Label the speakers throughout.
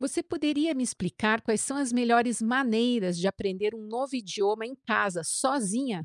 Speaker 1: Você poderia me explicar quais são as melhores maneiras de aprender um novo idioma em casa, sozinha?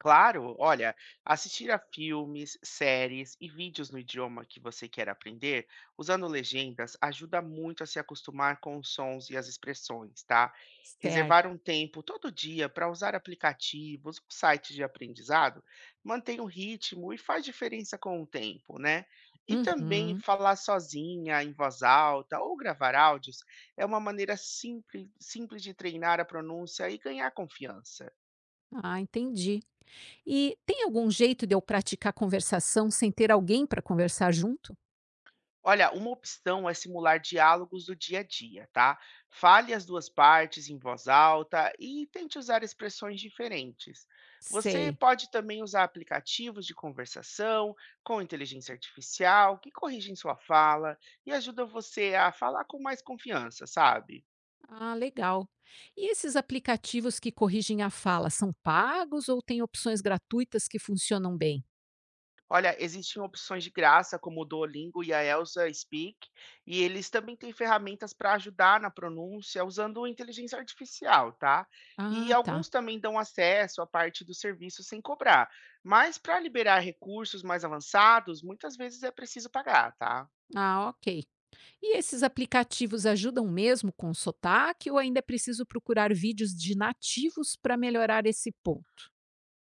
Speaker 2: Claro, olha, assistir a filmes, séries e vídeos no idioma que você quer aprender, usando legendas, ajuda muito a se acostumar com os sons e as expressões, tá? Reservar
Speaker 1: Certo.
Speaker 2: um tempo todo dia para usar aplicativos ou sites de aprendizado mantém o ritmo e faz diferença com o tempo, né? E também
Speaker 1: Uhum.
Speaker 2: falar sozinha, em voz alta ou gravar áudios é uma maneira simples de treinar a pronúncia e ganhar confiança.
Speaker 1: Ah, entendi. E tem algum jeito de eu praticar conversação sem ter alguém para conversar junto?
Speaker 2: Olha, uma opção é simular diálogos do dia a dia, tá? Fale as duas partes em voz alta e tente usar expressões diferentes. Você
Speaker 1: Sei.
Speaker 2: pode também usar aplicativos de conversação com inteligência artificial que corrigem sua fala e ajudam você a falar com mais confiança, sabe?
Speaker 1: Ah, legal. E esses aplicativos que corrigem a fala são pagos ou tem opções gratuitas que funcionam bem?
Speaker 2: Olha, existem opções de graça como o Duolingo e a Elsa Speak, e eles também têm ferramentas para ajudar na pronúncia usando inteligência artificial, tá? E
Speaker 1: Ah, tá.
Speaker 2: alguns também dão acesso à parte do serviço sem cobrar, mas para liberar recursos mais avançados, muitas vezes é preciso pagar, tá?
Speaker 1: Ah, ok. E esses aplicativos ajudam mesmo com sotaque ou ainda é preciso procurar vídeos de nativos para melhorar esse ponto?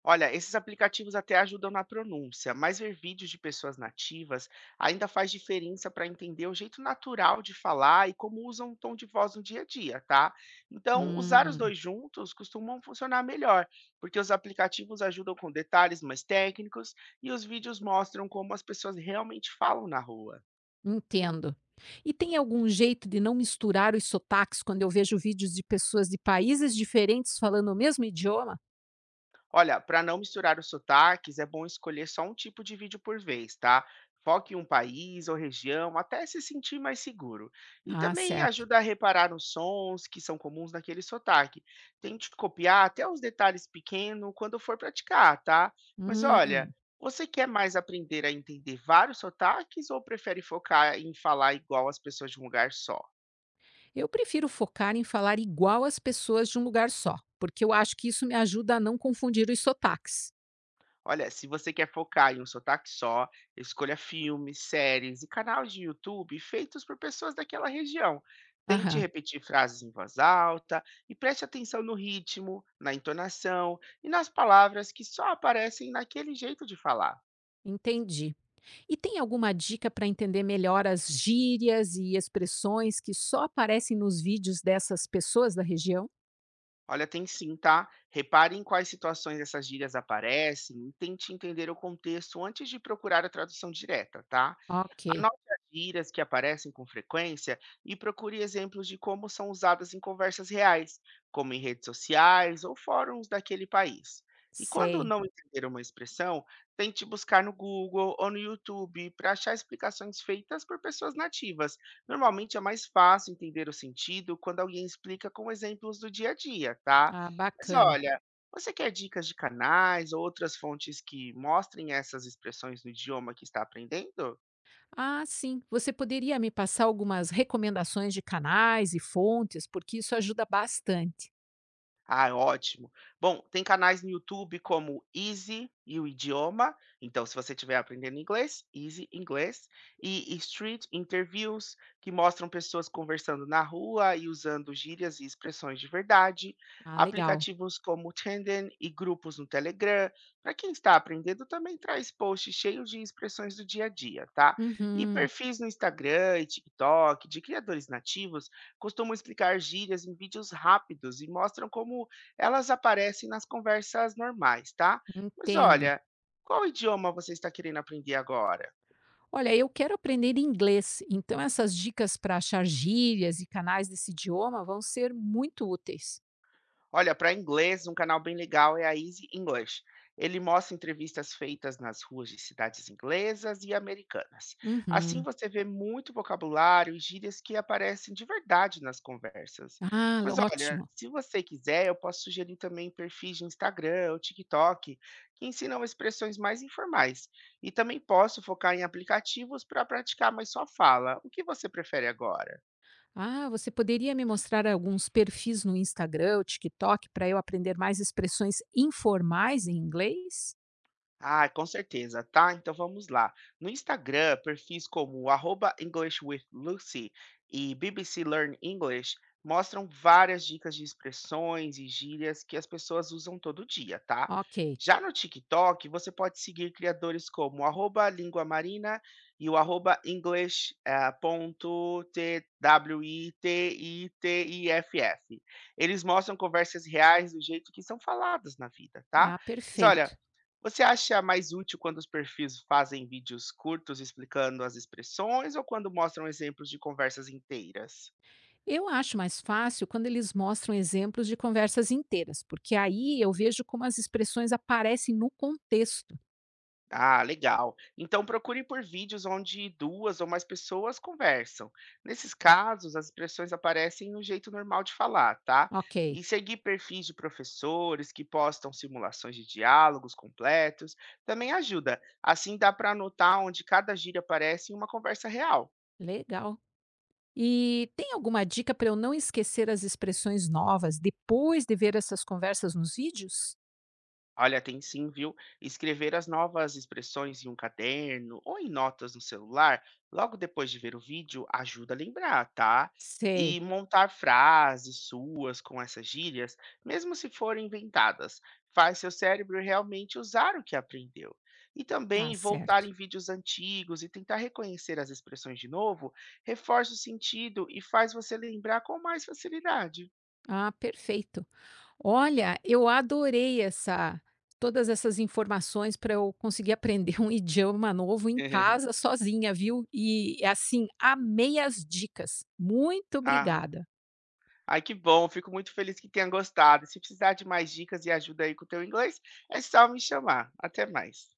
Speaker 2: Olha, esses aplicativos até ajudam na pronúncia, mas ver vídeos de pessoas nativas ainda faz diferença para entender o jeito natural de falar e como usam o tom de voz no dia a dia, tá? Então, usar os
Speaker 1: Hum,
Speaker 2: dois juntos costumam funcionar melhor, porque os aplicativos ajudam com detalhes mais técnicos e os vídeos mostram como as pessoas realmente falam na rua.
Speaker 1: entendo. E tem algum jeito de não misturar os sotaques quando eu vejo vídeos de pessoas de países diferentes falando o mesmo idioma?
Speaker 2: Olha, para não misturar os sotaques, é bom escolher só um tipo de vídeo por vez, tá? Foque em um país ou região até se sentir mais seguro. E
Speaker 1: Ah,
Speaker 2: também
Speaker 1: certo.
Speaker 2: ajuda a reparar nos sons que são comuns naquele sotaque. Tente copiar até os detalhes pequenos quando for praticar, tá? Mas olha,
Speaker 1: Hum,
Speaker 2: você quer mais aprender a entender vários sotaques ou prefere focar em falar igual as pessoas de um lugar só?
Speaker 1: eu prefiro focar em falar igual às pessoas de um lugar só, porque eu acho que isso me ajuda a não confundir os sotaques.
Speaker 2: Olha, se você quer focar em um sotaque só, escolha filmes, séries e canais de YouTube feitos por pessoas daquela região. Tente
Speaker 1: Aham,
Speaker 2: repetir frases em voz alta e preste atenção no ritmo, na entonação e nas palavras que só aparecem naquele jeito de falar.
Speaker 1: entendi. E tem alguma dica para entender melhor as gírias e expressões que só aparecem nos vídeos dessas pessoas da região?
Speaker 2: Olha, tem sim, tá? Repare em quais situações essas gírias aparecem e tente entender o contexto antes de procurar a tradução direta, tá?
Speaker 1: Ok,
Speaker 2: Anote as gírias que aparecem com frequência e procure exemplos de como são usadas em conversas reais, como em redes sociais ou fóruns daquele país. E quando
Speaker 1: sei.
Speaker 2: não entender uma expressão, tente buscar no Google ou no YouTube para achar explicações feitas por pessoas nativas. Normalmente é mais fácil entender o sentido quando alguém explica com exemplos do dia a dia, tá?
Speaker 1: Ah,
Speaker 2: Mas
Speaker 1: bacana.
Speaker 2: olha, você quer dicas de canais ou outras fontes que mostrem essas expressões no idioma que está aprendendo?
Speaker 1: Ah, sim. Você poderia me passar algumas recomendações de canais e fontes, porque isso ajuda bastante.
Speaker 2: Ah, ótimo. Bom, tem canais no YouTube como Easy e o Idioma. Então, se você estiver aprendendo inglês, Easy Inglês. E Street Interviews, que mostram pessoas conversando na rua e usando gírias e expressões de verdade.
Speaker 1: Ah, legal.
Speaker 2: Aplicativos como Tandem e grupos no Telegram. Para quem está aprendendo, também traz posts cheios de expressões do dia a dia, tá? E
Speaker 1: Uhum,
Speaker 2: perfis no Instagram e TikTok de criadores nativos costumam explicar gírias em vídeos rápidos e mostram como elas aparecem nas conversas normais, tá? Mas
Speaker 1: entendo.
Speaker 2: olha, qual idioma você está querendo aprender agora?
Speaker 1: Olha, eu quero aprender inglês, então essas dicas para achar gírias e canais desse idioma vão ser muito úteis.
Speaker 2: Olha, para inglês, um canal bem legal é a Easy English. Ele mostra entrevistas feitas nas ruas de cidades inglesas e americanas. Assim
Speaker 1: Uhum.
Speaker 2: você vê muito vocabulário e gírias que aparecem de verdade nas conversas.
Speaker 1: Ah,
Speaker 2: Mas olha,
Speaker 1: ótimo.
Speaker 2: se você quiser, eu posso sugerir também perfis de Instagram ou TikTok que ensinam expressões mais informais. E também posso focar em aplicativos para praticar mais sua fala. O que você prefere agora?
Speaker 1: Ah, você poderia me mostrar alguns perfis no Instagram ou TikTok para eu aprender mais expressões informais em inglês?
Speaker 2: Ah, com certeza, tá? Então vamos lá. No Instagram, perfis como arroba English with Lucy e BBC Learn English mostram várias dicas de expressões e gírias que as pessoas usam todo dia, tá?
Speaker 1: Ok.
Speaker 2: Já no TikTok, você pode seguir criadores como arroba Língua Marina e o arroba English, ponto TWITITIFF. Eles mostram conversas reais do jeito que são faladas na vida, tá?
Speaker 1: Ah,
Speaker 2: Mas olha,
Speaker 1: perfeito.
Speaker 2: você acha mais útil quando os perfis fazem vídeos curtos explicando as expressões ou quando mostram exemplos de conversas inteiras?
Speaker 1: Eu acho mais fácil quando eles mostram exemplos de conversas inteiras, porque aí eu vejo como as expressões aparecem no contexto.
Speaker 2: Ah, legal. Então procure por vídeos onde duas ou mais pessoas conversam. Nesses casos, as expressões aparecem no jeito normal de falar, tá?
Speaker 1: Ok,
Speaker 2: E seguir perfis de professores que postam simulações de diálogos completos também ajuda. Assim dá para anotar onde cada gíria aparece em uma conversa real.
Speaker 1: legal. E tem alguma dica para eu não esquecer as expressões novas depois de ver essas conversas nos vídeos?
Speaker 2: Olha, tem sim, viu? Escrever as novas expressões em um caderno ou em notas no celular, logo depois de ver o vídeo, ajuda a lembrar, tá?
Speaker 1: Sei,
Speaker 2: E montar frases suas com essas gírias, mesmo se forem inventadas, faz seu cérebro realmente usar o que aprendeu. E
Speaker 1: tá
Speaker 2: também voltar
Speaker 1: certo.
Speaker 2: em vídeos antigos e tentar reconhecer as expressões de novo, reforça o sentido e faz você lembrar com mais facilidade.
Speaker 1: Ah, perfeito. Olha, eu adorei essa todas essas informações para eu conseguir aprender um idioma novo em casa sozinha, viu? E assim, amei as dicas. Muito
Speaker 2: Ah.
Speaker 1: obrigada.
Speaker 2: Ai, que bom, fico muito feliz que tenha gostado. Se precisar de mais dicas e ajuda aí com o teu inglês, é só me chamar. Até mais.